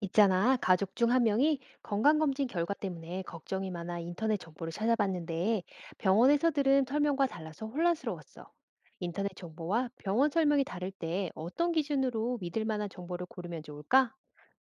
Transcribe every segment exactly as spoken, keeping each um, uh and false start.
있잖아, 가족 중 한 명이 건강검진 결과 때문에 걱정이 많아 인터넷 정보를 찾아봤는데 병원에서 들은 설명과 달라서 혼란스러웠어. 인터넷 정보와 병원 설명이 다를 때 어떤 기준으로 믿을 만한 정보를 고르면 좋을까?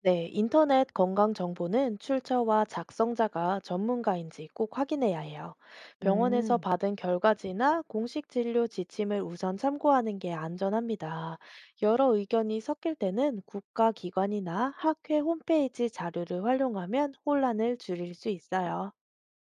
네, 인터넷 건강 정보는 출처와 작성자가 전문가인지 꼭 확인해야 해요. 병원에서 음, 받은 결과지나 공식 진료 지침을 우선 참고하는 게 안전합니다. 여러 의견이 섞일 때는 국가기관이나 학회 홈페이지 자료를 활용하면 혼란을 줄일 수 있어요.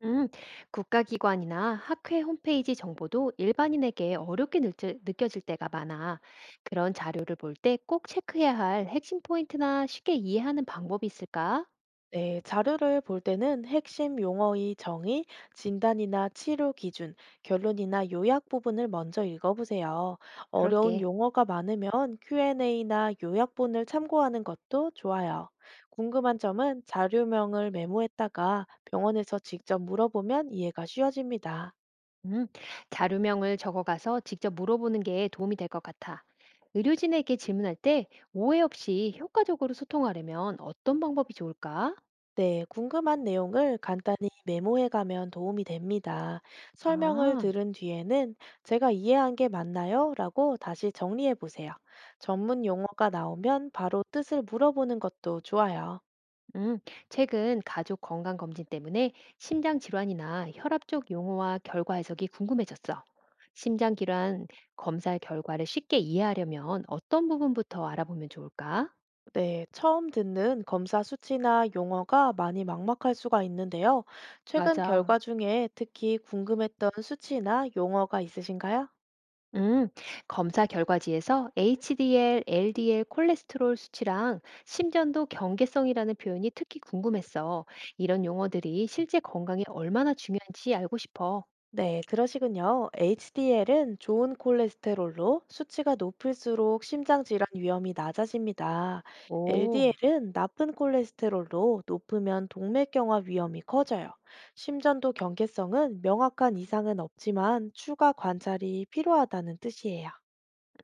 음, 국가기관이나 학회 홈페이지 정보도 일반인에게 어렵게 느껴- 느껴질 때가 많아. 그런 자료를 볼 때 꼭 체크해야 할 핵심 포인트나 쉽게 이해하는 방법이 있을까? 네, 자료를 볼 때는 핵심 용어의 정의, 진단이나 치료 기준, 결론이나 요약 부분을 먼저 읽어보세요. 어려운 그럴게. 용어가 많으면 큐엔에이나 요약본을 참고하는 것도 좋아요. 궁금한 점은 자료명을 메모했다가 병원에서 직접 물어보면 이해가 쉬워집니다. 음, 자료명을 적어가서 직접 물어보는 게 도움이 될 것 같아. 의료진에게 질문할 때 오해 없이 효과적으로 소통하려면 어떤 방법이 좋을까? 네, 궁금한 내용을 간단히 메모해 가면 도움이 됩니다. 설명을 아, 들은 뒤에는 제가 이해한 게 맞나요? 라고 다시 정리해 보세요. 전문 용어가 나오면 바로 뜻을 물어보는 것도 좋아요. 음, 최근 가족 건강 검진 때문에 심장 질환이나 혈압 쪽 용어와 결과 해석이 궁금해졌어. 심장 질환 검사 결과를 쉽게 이해하려면 어떤 부분부터 알아보면 좋을까? 네, 처음 듣는 검사 수치나 용어가 많이 막막할 수가 있는데요. 최근 맞아. 결과 중에 특히 궁금했던 수치나 용어가 있으신가요? 음, 검사 결과지에서 에이치디엘, 엘디엘 콜레스테롤 수치랑 심전도 경계성이라는 표현이 특히 궁금했어. 이런 용어들이 실제 건강에 얼마나 중요한지 알고 싶어. 네, 그러시군요. 에이치디엘은 좋은 콜레스테롤로 수치가 높을수록 심장 질환 위험이 낮아집니다. 오, 엘디엘은 나쁜 콜레스테롤로 높으면 동맥경화 위험이 커져요. 심전도 경계성은 명확한 이상은 없지만 추가 관찰이 필요하다는 뜻이에요.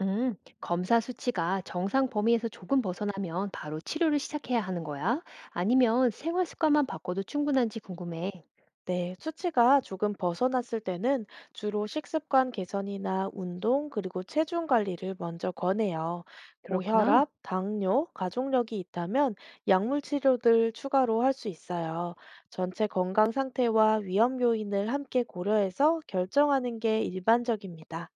음, 검사 수치가 정상 범위에서 조금 벗어나면 바로 치료를 시작해야 하는 거야? 아니면 생활 습관만 바꿔도 충분한지 궁금해. 네, 수치가 조금 벗어났을 때는 주로 식습관 개선이나 운동, 그리고 체중 관리를 먼저 권해요. 그렇구나. 고혈압, 당뇨, 가족력이 있다면 약물 치료를 추가로 할 수 있어요. 전체 건강 상태와 위험 요인을 함께 고려해서 결정하는 게 일반적입니다.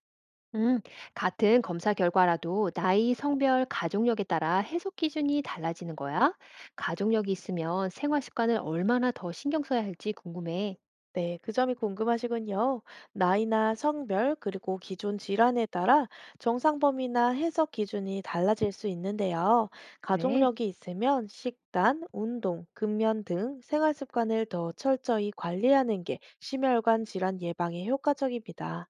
음, 같은 검사 결과라도 나이, 성별, 가족력에 따라 해석 기준이 달라지는 거야? 가족력이 있으면 생활 습관을 얼마나 더 신경 써야 할지 궁금해. 네, 그 점이 궁금하시군요. 나이나 성별, 그리고 기존 질환에 따라 정상 범위나 해석 기준이 달라질 수 있는데요. 그래? 가족력이 있으면 식단, 운동, 금연 등 생활 습관을 더 철저히 관리하는 게 심혈관 질환 예방에 효과적입니다.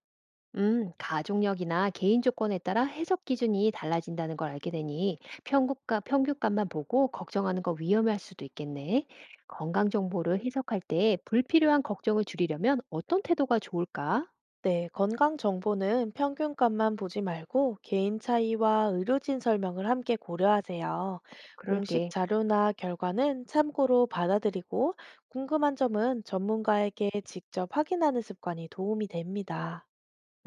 음, 가족력이나 개인 조건에 따라 해석 기준이 달라진다는 걸 알게 되니 평균값, 평균값만 보고 걱정하는 거 위험할 수도 있겠네. 건강 정보를 해석할 때 불필요한 걱정을 줄이려면 어떤 태도가 좋을까? 네, 건강 정보는 평균값만 보지 말고 개인 차이와 의료진 설명을 함께 고려하세요. 공식 그럴게. 자료나 결과는 참고로 받아들이고 궁금한 점은 전문가에게 직접 확인하는 습관이 도움이 됩니다.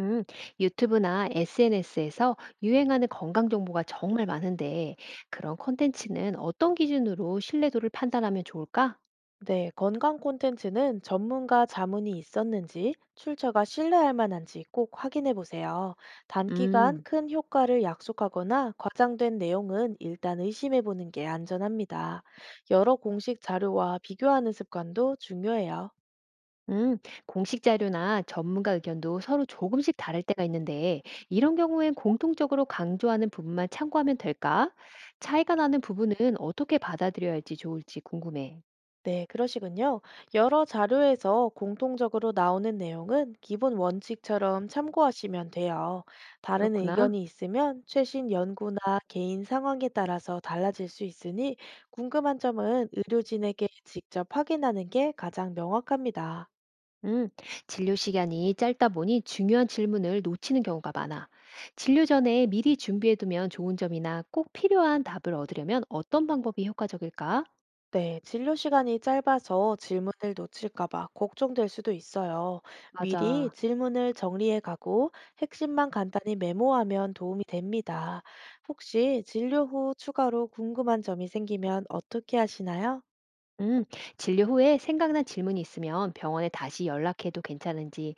음, 유튜브나 에스엔에스에서 유행하는 건강 정보가 정말 많은데, 그런 콘텐츠는 어떤 기준으로 신뢰도를 판단하면 좋을까? 네, 건강 콘텐츠는 전문가 자문이 있었는지, 출처가 신뢰할 만한지 꼭 확인해 보세요. 단기간 음, 큰 효과를 약속하거나 과장된 내용은 일단 의심해 보는 게 안전합니다. 여러 공식 자료와 비교하는 습관도 중요해요. 음, 공식 자료나 전문가 의견도 서로 조금씩 다를 때가 있는데, 이런 경우엔 공통적으로 강조하는 부분만 참고하면 될까? 차이가 나는 부분은 어떻게 받아들여야 할지 좋을지 궁금해. 네, 그러시군요. 여러 자료에서 공통적으로 나오는 내용은 기본 원칙처럼 참고하시면 돼요. 다른 그렇구나. 의견이 있으면 최신 연구나 개인 상황에 따라서 달라질 수 있으니 궁금한 점은 의료진에게 직접 확인하는 게 가장 명확합니다. 음, 진료 시간이 짧다 보니 중요한 질문을 놓치는 경우가 많아. 진료 전에 미리 준비해두면 좋은 점이나 꼭 필요한 답을 얻으려면 어떤 방법이 효과적일까? 네, 진료 시간이 짧아서 질문을 놓칠까 봐 걱정될 수도 있어요. 미리 맞아. 질문을 정리해 가고 핵심만 간단히 메모하면 도움이 됩니다. 혹시 진료 후 추가로 궁금한 점이 생기면 어떻게 하시나요? 음, 진료 후에 생각난 질문이 있으면 병원에 다시 연락해도 괜찮은지,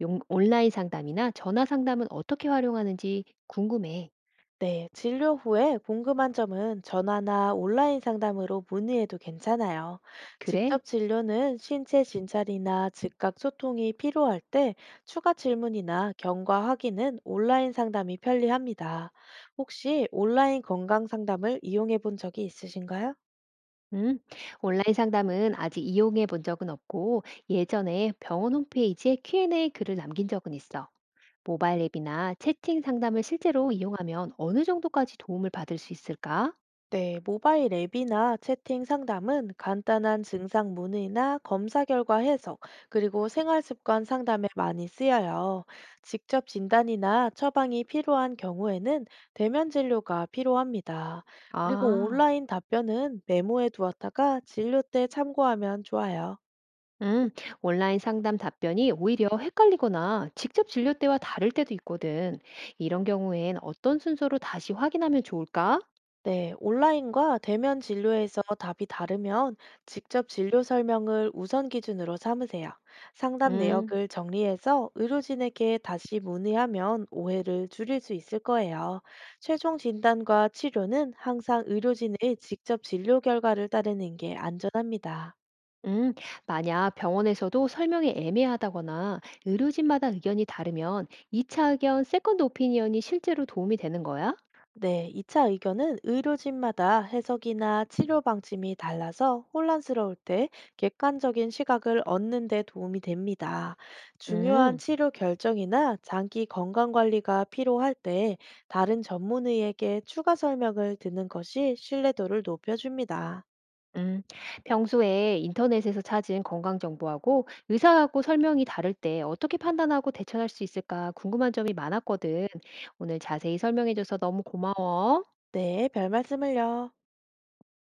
용- 온라인 상담이나 전화 상담은 어떻게 활용하는지 궁금해. 네, 진료 후에 궁금한 점은 전화나 온라인 상담으로 문의해도 괜찮아요. 그래? 직접 진료는 신체 진찰이나 즉각 소통이 필요할 때 추가 질문이나 경과 확인은 온라인 상담이 편리합니다. 혹시 온라인 건강 상담을 이용해 본 적이 있으신가요? 음, 온라인 상담은 아직 이용해 본 적은 없고 예전에 병원 홈페이지에 큐앤에이 글을 남긴 적은 있어. 모바일 앱이나 채팅 상담을 실제로 이용하면 어느 정도까지 도움을 받을 수 있을까? 네, 모바일 앱이나 채팅 상담은 간단한 증상 문의나 검사 결과 해석, 그리고 생활 습관 상담에 많이 쓰여요. 직접 진단이나 처방이 필요한 경우에는 대면 진료가 필요합니다. 그리고 아, 온라인 답변은 메모해 두었다가 진료 때 참고하면 좋아요. 음, 온라인 상담 답변이 오히려 헷갈리거나 직접 진료 때와 다를 때도 있거든. 이런 경우엔 어떤 순서로 다시 확인하면 좋을까? 네, 온라인과 대면 진료에서 답이 다르면 직접 진료 설명을 우선 기준으로 삼으세요. 상담 음. 내역을 정리해서 의료진에게 다시 문의하면 오해를 줄일 수 있을 거예요. 최종 진단과 치료는 항상 의료진의 직접 진료 결과를 따르는 게 안전합니다. 음, 만약 병원에서도 설명이 애매하다거나 의료진마다 의견이 다르면 이 차 의견, 세컨드 오피니언이 실제로 도움이 되는 거야? 네, 이 차 의견은 의료진마다 해석이나 치료 방침이 달라서 혼란스러울 때 객관적인 시각을 얻는 데 도움이 됩니다. 중요한 음, 치료 결정이나 장기 건강 관리가 필요할 때 다른 전문의에게 추가 설명을 듣는 것이 신뢰도를 높여줍니다. 음. 평소에 인터넷에서 찾은 건강 정보하고 의사하고 설명이 다를 때 어떻게 판단하고 대처할 수 있을까 궁금한 점이 많았거든. 오늘 자세히 설명해줘서 너무 고마워. 네, 별 말씀을요.